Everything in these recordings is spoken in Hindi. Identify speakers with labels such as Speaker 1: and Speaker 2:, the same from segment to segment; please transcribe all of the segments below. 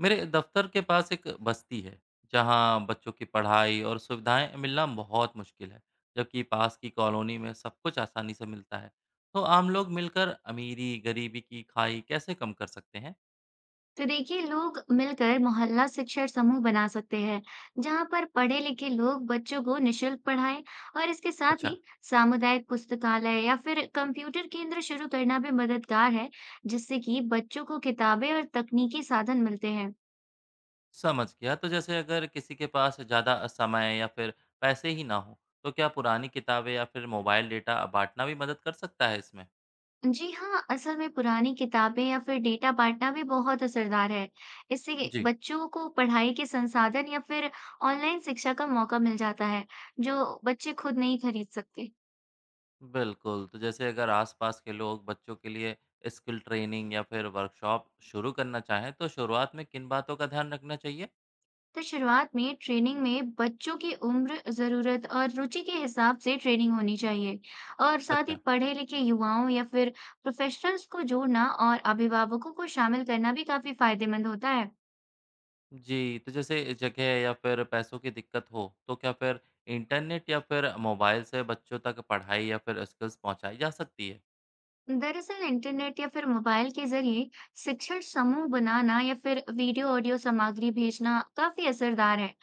Speaker 1: मेरे दफ्तर के पास एक बस्ती है जहाँ बच्चों की पढ़ाई और सुविधाएं मिलना बहुत मुश्किल है। जबकि पास की कॉलोनी में सब कुछ आसानी से मिलता है, तो आम लोग मिलकर अमीरी गरीबी की खाई कैसे कम कर सकते हैं?
Speaker 2: तो देखिए, लोग मिलकर मोहल्ला शिक्षण समूह बना सकते हैं जहाँ पर पढ़े लिखे लोग बच्चों को निशुल्क पढ़ाएं। और इसके साथ
Speaker 1: अच्छा,
Speaker 2: ही सामुदायिक पुस्तकालय या फिर कंप्यूटर केंद्र शुरू करना भी मददगार है, जिससे कि बच्चों को किताबें और तकनीकी साधन मिलते हैं।
Speaker 1: समझ गया। तो जैसे अगर किसी के पास ज़्यादा समय या फिर पैसे ही ना हो, तो क्या पुरानी किताबें या फिर मोबाइल डेटा बांटना भी मदद कर सकता है इसमें?
Speaker 2: जी हाँ, असल में पुरानी किताबें या फिर डेटा बांटना भी बहुत असरदार है। इससे
Speaker 1: जी,
Speaker 2: बच्चों को पढ़ाई के संसाधन या फिर ऑनलाइन शिक्षा का मौका मिल जाता है, जो बच्चे खुद नहीं खरीद सकते।
Speaker 1: बिल्कुल, तो जैसे अगर आस-पास के लोग बच्चों के लिए स्किल ट्रेनिंग या फिर वर्कशॉप शुरू करना चाहें, तो शुरुआत में किन बातों का ध्यान रखना चाहिए?
Speaker 2: तो शुरुआत में ट्रेनिंग में बच्चों की उम्र, जरूरत और रुचि के हिसाब से ट्रेनिंग होनी चाहिए। और साथ ही
Speaker 1: अच्छा।
Speaker 2: पढ़े लिखे युवाओं या फिर प्रोफेशनल्स को जोड़ना और अभिभावकों को शामिल करना भी काफी फायदेमंद होता है।
Speaker 1: जी, तो जैसे जगह या फिर पैसों की दिक्कत हो, तो क्या फिर इंटरनेट या फिर मोबाइल से बच्चों तक पढ़ाई या फिर स्किल्स पहुँचाई जा सकती है?
Speaker 2: दरअसल इंटरनेट या फिर मोबाइल के जरिए शिक्षण समूह बनाना या फिर वीडियो ऑडियो सामग्री भेजना काफी असरदार है।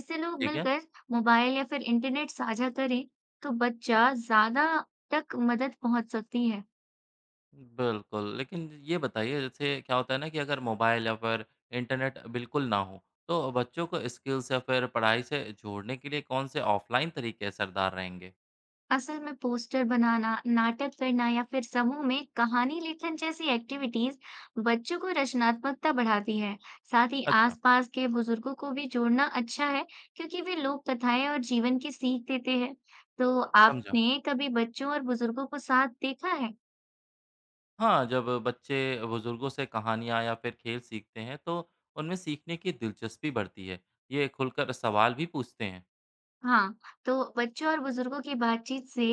Speaker 2: इससे लोग
Speaker 1: ठीक है।
Speaker 2: मिलकर मोबाइल या फिर इंटरनेट साझा करें, तो बच्चा ज्यादा तक मदद पहुंच सकती है।
Speaker 1: बिल्कुल, लेकिन ये बताइए जैसे क्या होता है ना कि अगर मोबाइल या फिर इंटरनेट बिल्कुल ना हो, तो बच्चों को स्किल्स या फिर पढ़ाई से जोड़ने के लिए कौन से ऑफ़लाइन तरीके असरदार रहेंगे?
Speaker 2: असल में पोस्टर बनाना, नाटक करना या फिर समूह में कहानी लेखन जैसी एक्टिविटीज बच्चों को रचनात्मकता बढ़ाती है। साथ ही
Speaker 1: अच्छा।
Speaker 2: आसपास के बुजुर्गों को भी जोड़ना अच्छा है, क्योंकि वे लोक कथाएं और जीवन की सीख देते हैं। तो
Speaker 1: समझा।
Speaker 2: आपने कभी बच्चों और बुजुर्गों को साथ देखा है?
Speaker 1: हाँ, जब बच्चे बुजुर्गों से कहानियाँ या फिर खेल सीखते हैं तो उनमें सीखने की दिलचस्पी बढ़ती है। ये खुलकर सवाल भी पूछते हैं।
Speaker 2: हाँ, तो बच्चों और बुजुर्गों की बातचीत से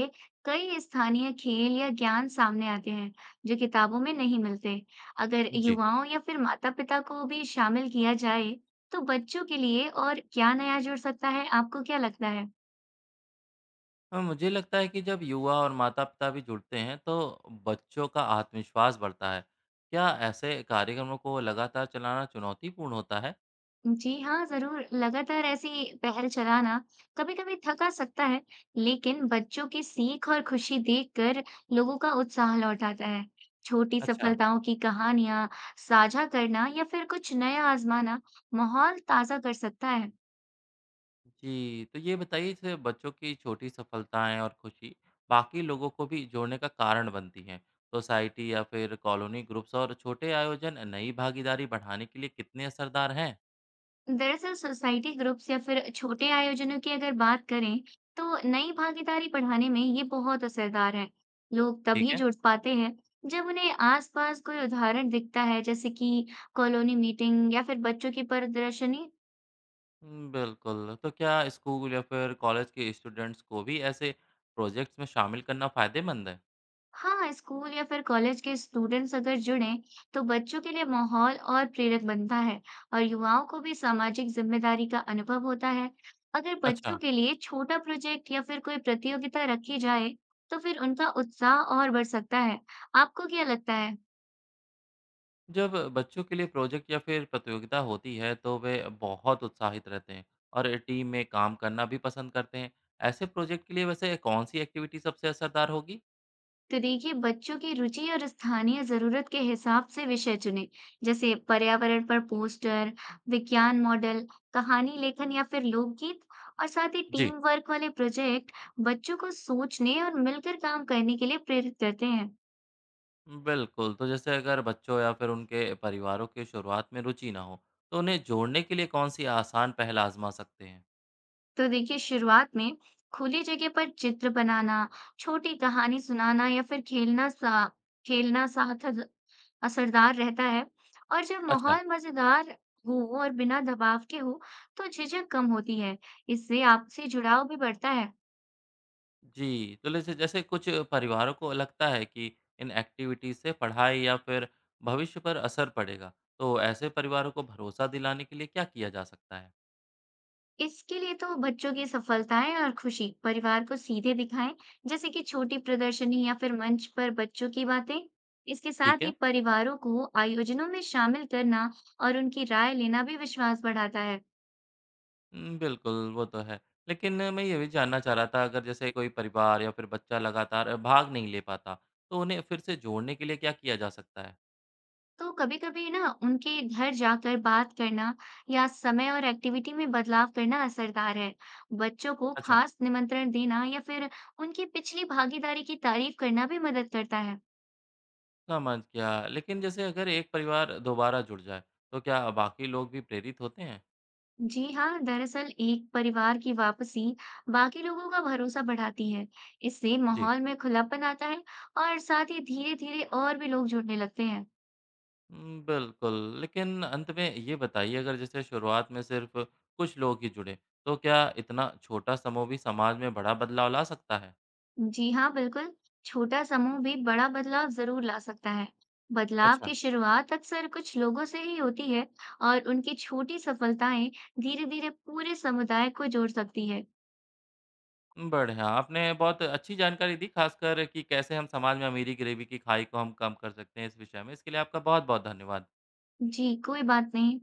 Speaker 2: कई स्थानीय खेल या ज्ञान सामने आते हैं जो किताबों में नहीं मिलते। अगर
Speaker 1: जी।
Speaker 2: युवाओं या फिर माता-पिता को भी शामिल किया जाए, तो बच्चों के लिए और क्या नया जुड़ सकता है? आपको क्या लगता है?
Speaker 1: हाँ, मुझे लगता है कि जब युवा और माता-पिता भी जुड़ते हैं तो बच्चों का आत्मविश्वास बढ़ता है। क्या ऐसे कार्यक्रमों को लगातार चलाना चुनौतीपूर्ण होता है?
Speaker 2: जी हाँ, ज़रूर। लगातार ऐसी पहल चलाना कभी-कभी थका सकता है, लेकिन बच्चों की सीख और खुशी देखकर लोगों का उत्साह लौट आता है। छोटी
Speaker 1: अच्छा।
Speaker 2: सफलताओं की कहानियाँ साझा करना या फिर कुछ नया आजमाना माहौल ताज़ा कर सकता है।
Speaker 1: जी, तो ये बताइए जैसे बच्चों की छोटी सफलताएँ और खुशी बाकी लोगों को भी जोड़ने का कारण बनती हैं। सोसाइटी या फिर कॉलोनी ग्रुप्स और छोटे आयोजन नई भागीदारी बढ़ाने के लिए कितने असरदार हैं?
Speaker 2: दरअसल सोसाइटी ग्रुप्स या फिर छोटे आयोजनों की अगर बात करें, तो नई भागीदारी बढ़ाने में ये बहुत असरदार है। लोग
Speaker 1: ठीक
Speaker 2: तभी
Speaker 1: है।
Speaker 2: जुड़ पाते हैं जब उन्हें आसपास कोई उदाहरण दिखता है, जैसे कि कॉलोनी मीटिंग या फिर बच्चों की प्रदर्शनी।
Speaker 1: हुँ, बिल्कुल, तो क्या स्कूल या फिर कॉलेज के स्टूडेंट्स को भी ऐसे प्रोजेक्ट्स में शामिल करना फ़ायदेमंद है?
Speaker 2: हाँ, स्कूल या फिर कॉलेज के स्टूडेंट्स अगर जुड़े, तो बच्चों के लिए माहौल और प्रेरक बनता है और युवाओं को भी सामाजिक जिम्मेदारी का अनुभव होता है। अगर बच्चों
Speaker 1: अच्छा।
Speaker 2: के लिए छोटा प्रोजेक्ट या फिर कोई प्रतियोगिता रखी जाए, तो फिर उनका उत्साह और बढ़ सकता है। आपको क्या लगता है?
Speaker 1: जब बच्चों के लिए प्रोजेक्ट या फिर प्रतियोगिता होती है तो वे बहुत उत्साहित रहते हैं और टीम में काम करना भी पसंद करते हैं। ऐसे प्रोजेक्ट के लिए वैसे कौन सी एक्टिविटी सबसे असरदार होगी?
Speaker 2: तो देखिए, बच्चों की रुचि और स्थानीय जरूरत के हिसाब से विषय चुने, जैसे पर्यावरण पर पोस्टर, विज्ञान मॉडल, कहानी लेखन या फिर लोकगीत। और साथ ही
Speaker 1: जी,
Speaker 2: टीम वर्क वाले प्रोजेक्ट बच्चों को सोचने और मिलकर काम करने के लिए प्रेरित करते हैं।
Speaker 1: बिल्कुल, तो जैसे अगर बच्चों या फिर उनके परिवारों की शुरुआत में रुचि ना हो, तो उन्हें जोड़ने के लिए कौन सी आसान पहल आजमा सकते हैं?
Speaker 2: तो देखिए, शुरुआत में खुली जगह पर चित्र बनाना, छोटी कहानी सुनाना या फिर खेलना साथ असरदार रहता है। और जब
Speaker 1: अच्छा।
Speaker 2: माहौल मजेदार हो और बिना दबाव के हो, तो झिझक कम होती है। इससे आपसी जुड़ाव भी बढ़ता है।
Speaker 1: जी, तो जैसे जैसे कुछ परिवारों को लगता है कि इन एक्टिविटीज़ से पढ़ाई या फिर भविष्य पर असर पड़ेगा, तो ऐसे परिवारों को भरोसा दिलाने के लिए क्या किया जा सकता है?
Speaker 2: इसके लिए तो बच्चों की सफलताएं और खुशी परिवार को सीधे दिखाएं, जैसे कि छोटी प्रदर्शनी या फिर मंच पर बच्चों की बातें। इसके
Speaker 1: ठीक
Speaker 2: साथ ही
Speaker 1: है।
Speaker 2: परिवारों को आयोजनों में शामिल करना और उनकी राय लेना भी विश्वास बढ़ाता है।
Speaker 1: बिल्कुल, वो तो है। लेकिन मैं ये भी जानना चाह रहा था, अगर जैसे कोई परिवार या फिर बच्चा लगातार भाग नहीं ले पाता, तो उन्हें फिर से जोड़ने के लिए क्या किया जा सकता है?
Speaker 2: तो कभी-कभी ना उनके घर जाकर बात करना या समय और एक्टिविटी में बदलाव करना असरदार है। बच्चों को
Speaker 1: अच्छा,
Speaker 2: खास निमंत्रण देना या फिर उनकी पिछली भागीदारी की तारीफ करना भी मदद करता है।
Speaker 1: समझ गया। लेकिन जैसे अगर एक परिवार दोबारा जुड़ जाए, तो क्या बाकी लोग भी प्रेरित होते हैं?
Speaker 2: जी हाँ, दरअसल एक परिवार की वापसी बाकी लोगों का भरोसा बढ़ाती है। इससे
Speaker 1: जी।
Speaker 2: माहौल में खुलापन आता है और साथ ही धीरे धीरे और भी लोग जुड़ने लगते हैं।
Speaker 1: हुँ, बिल्कुल। लेकिन अंत में ये बताइए, अगर जैसे शुरुआत में सिर्फ़ कुछ लोग ही जुड़े, तो क्या इतना छोटा समूह भी समाज में बड़ा बदलाव ला सकता है?
Speaker 2: जी हाँ, बिल्कुल। छोटा समूह भी बड़ा बदलाव जरूर ला सकता है। बदलाव
Speaker 1: अच्छा।
Speaker 2: की शुरुआत अक्सर कुछ लोगों से ही होती है और उनकी छोटी सफलताएं धीरे धीरे पूरे समुदाय को जोड़ सकती है।
Speaker 1: बढ़िया, आपने बहुत अच्छी जानकारी दी, खासकर कि कैसे हम समाज में अमीरी-गरीबी की खाई को हम कम कर सकते हैं इस विषय में। इसके लिए आपका बहुत-बहुत धन्यवाद।
Speaker 2: जी, कोई बात नहीं।